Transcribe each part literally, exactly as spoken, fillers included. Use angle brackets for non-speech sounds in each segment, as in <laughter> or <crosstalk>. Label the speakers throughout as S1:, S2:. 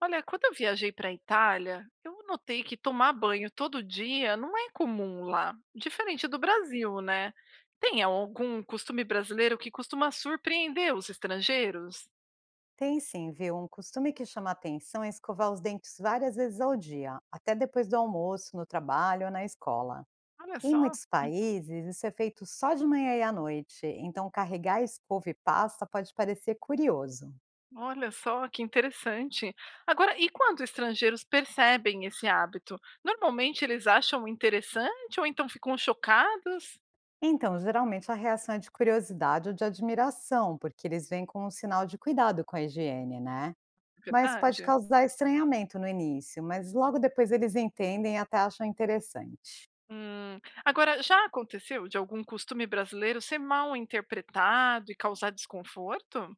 S1: Olha, quando eu viajei para a Itália, eu notei que tomar banho todo dia não é comum lá, diferente do Brasil, né? Tem algum costume brasileiro que costuma surpreender os estrangeiros?
S2: Tem sim, viu? Um costume que chama atenção é escovar os dentes várias vezes ao dia, até depois do almoço, no trabalho ou na escola.
S1: Olha
S2: Em
S1: só,
S2: muitos
S1: hum,
S2: países, isso é feito só de manhã e à noite, então carregar escova e pasta pode parecer curioso.
S1: olha só que interessante. Agora, e quando estrangeiros percebem esse hábito? Normalmente eles acham interessante ou então ficam chocados?
S2: Então, geralmente a reação é de curiosidade ou de admiração, porque eles veem como um sinal de cuidado com a higiene, né?
S1: É
S2: Mas pode
S1: verdade?
S2: causar estranhamento no início, mas logo depois eles entendem e até acham interessante.
S1: Hum. Agora, já aconteceu de algum costume brasileiro ser mal interpretado e causar desconforto?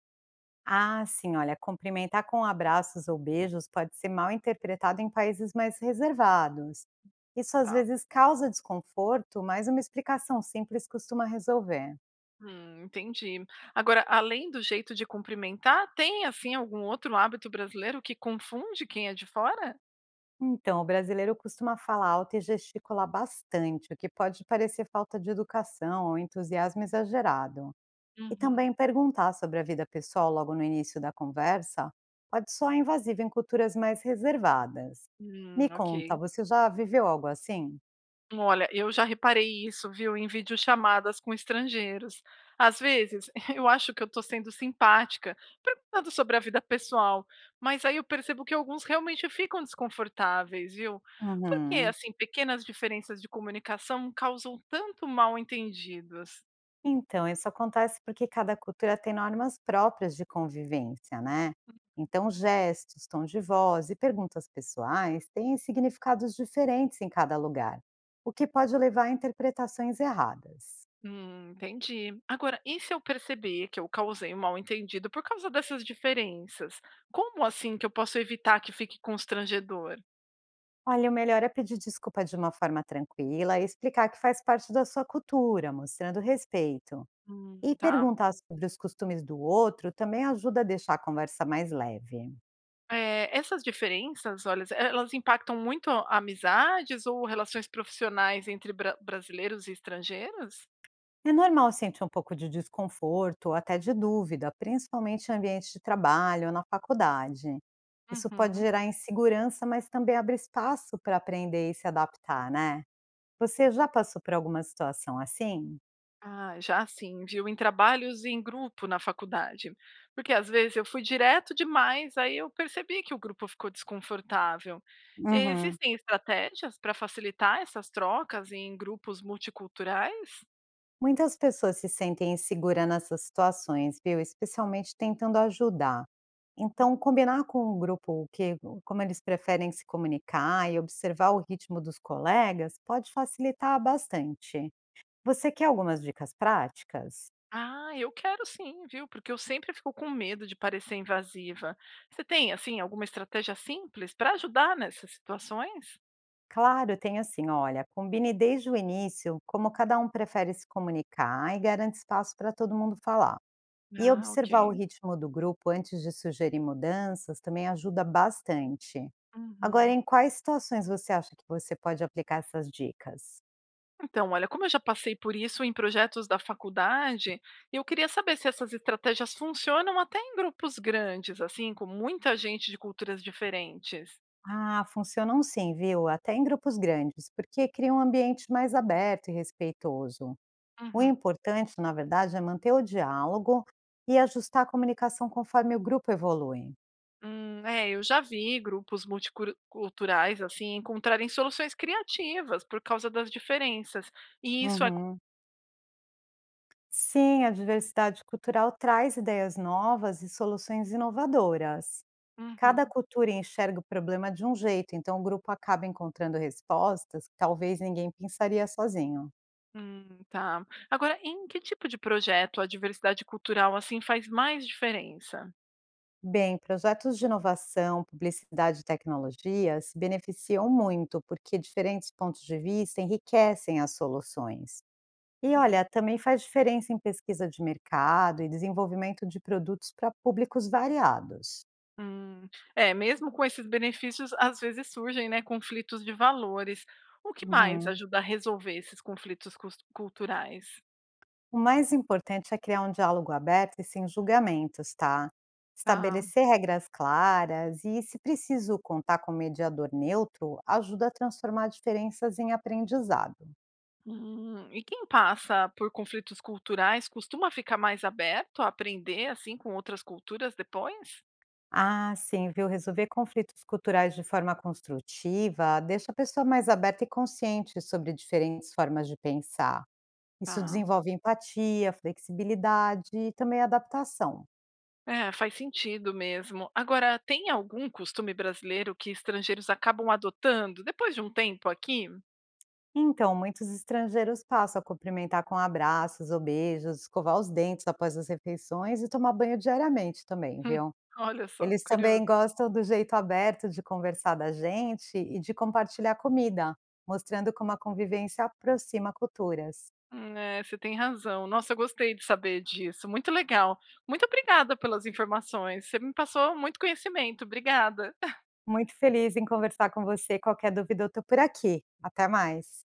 S2: Ah, sim, olha, cumprimentar com abraços ou beijos pode ser mal interpretado em países mais reservados. Isso às
S1: Tá.
S2: vezes causa desconforto, mas uma explicação simples costuma resolver.
S1: Hum, entendi. Agora, além do jeito de cumprimentar, tem assim algum outro hábito brasileiro que confunde quem é de fora?
S2: Então, o brasileiro costuma falar alto e gesticular bastante, o que pode parecer falta de educação ou entusiasmo exagerado. E também
S1: Uhum.
S2: perguntar sobre a vida pessoal logo no início da conversa pode soar invasivo em culturas mais reservadas.
S1: Hum,
S2: Me
S1: ok.
S2: conta, você já viveu algo assim?
S1: Olha, eu já reparei isso, viu, em videochamadas com estrangeiros. Às vezes, <laughs> eu acho que eu estou sendo simpática, perguntando sobre a vida pessoal, mas aí eu percebo que alguns realmente ficam desconfortáveis, viu? Porque,
S2: Uhum.
S1: assim, pequenas diferenças de comunicação causam tanto mal-entendidos.
S2: Então, isso acontece porque cada cultura tem normas próprias de convivência, né? Então, gestos, tom de voz e perguntas pessoais têm significados diferentes em cada lugar, o que pode levar a interpretações erradas.
S1: Hum, entendi. Agora, e se eu perceber que eu causei um mal-entendido por causa dessas diferenças? Como assim que eu posso evitar que fique constrangedor?
S2: Olha, o melhor é pedir desculpa de uma forma tranquila e explicar que faz parte da sua cultura, mostrando respeito.
S1: Hum,
S2: E
S1: tá.
S2: perguntar sobre os costumes do outro também ajuda a deixar a conversa mais leve.
S1: É, essas diferenças, olha, elas impactam muito amizades ou relações profissionais entre bra brasileiros e estrangeiros?
S2: É normal sentir um pouco de desconforto ou até de dúvida, principalmente em ambiente de trabalho ou na faculdade. Isso pode
S1: Uhum.
S2: gerar insegurança, mas também abre espaço para aprender e se adaptar, né? Você já passou por alguma situação assim?
S1: Ah, já sim, viu? Em trabalhos em grupo na faculdade. Porque às vezes eu fui direto demais, aí eu percebi que o grupo ficou desconfortável.
S2: Uhum.
S1: Existem estratégias para facilitar essas trocas em grupos multiculturais?
S2: Muitas pessoas se sentem inseguras nessas situações, viu? Especialmente tentando ajudar. Então, combinar com o grupo o que, como eles preferem se comunicar e observar o ritmo dos colegas pode facilitar bastante. Você quer algumas dicas práticas?
S1: Ah, eu quero sim, viu, porque eu sempre fico com medo de parecer invasiva. Você tem, assim, alguma estratégia simples para ajudar nessas situações?
S2: Claro, tem assim, olha, combine desde o início como cada um prefere se comunicar e garante espaço para todo mundo falar. E
S1: Ah, ok.
S2: observar o ritmo do grupo antes de sugerir mudanças também ajuda bastante. Agora,
S1: Uhum.
S2: em quais situações você acha que você pode aplicar essas dicas?
S1: Então, olha, como eu já passei por isso em projetos da faculdade, eu queria saber se essas estratégias funcionam até em grupos grandes, assim, com muita gente de culturas diferentes.
S2: Ah, funcionam sim, viu? Até em grupos grandes, porque cria um ambiente mais aberto e respeitoso. O
S1: Uhum.
S2: importante, na verdade, é manter o diálogo e ajustar a comunicação conforme o grupo evolui.
S1: Hum, é, eu já vi grupos multiculturais assim encontrarem soluções criativas por causa das diferenças. E isso.
S2: Uhum. Sim, a diversidade cultural traz ideias novas e soluções inovadoras.
S1: Uhum.
S2: Cada cultura enxerga o problema de um jeito, então o grupo acaba encontrando respostas que talvez ninguém pensaria sozinho.
S1: Hum, tá. Agora, em que tipo de projeto a diversidade cultural, assim, faz mais diferença?
S2: Bem, projetos de inovação, publicidade e tecnologia se beneficiam muito porque diferentes pontos de vista enriquecem as soluções. E
S1: Hum.
S2: olha, também faz diferença em pesquisa de mercado e desenvolvimento de produtos para públicos variados.
S1: Hum, É, mesmo com esses benefícios, às vezes surgem, né, conflitos de valores. O que mais
S2: Uhum.
S1: ajuda a resolver esses conflitos cus- culturais?
S2: O mais importante é criar um diálogo aberto e sem julgamentos, tá?
S1: Tá.
S2: Estabelecer regras claras e, se preciso, contar com um mediador neutro ajuda a transformar diferenças em aprendizado.
S1: Hum, e quem passa por conflitos culturais costuma ficar mais aberto a aprender, assim, com outras culturas depois?
S2: Ah, sim, viu? Resolver conflitos culturais de forma construtiva deixa a pessoa mais aberta e consciente sobre diferentes formas de pensar. Isso
S1: Tá.
S2: desenvolve empatia, flexibilidade e também adaptação.
S1: É, faz sentido mesmo. Agora, tem algum costume brasileiro que estrangeiros acabam adotando depois de um tempo aqui?
S2: Então, muitos estrangeiros passam a cumprimentar com abraços ou beijos, escovar os dentes após as refeições e tomar banho diariamente também,
S1: <laughs>
S2: viu?
S1: Olha só,
S2: Eles
S1: curioso.
S2: também gostam do jeito aberto de conversar da gente e de compartilhar comida, mostrando como a convivência aproxima culturas.
S1: Hum, É, você tem razão. Nossa, eu gostei de saber disso. Muito legal. Muito obrigada pelas informações. Você me passou muito conhecimento. Obrigada.
S2: Muito feliz em conversar com você. Qualquer dúvida, eu estou por aqui. Até mais.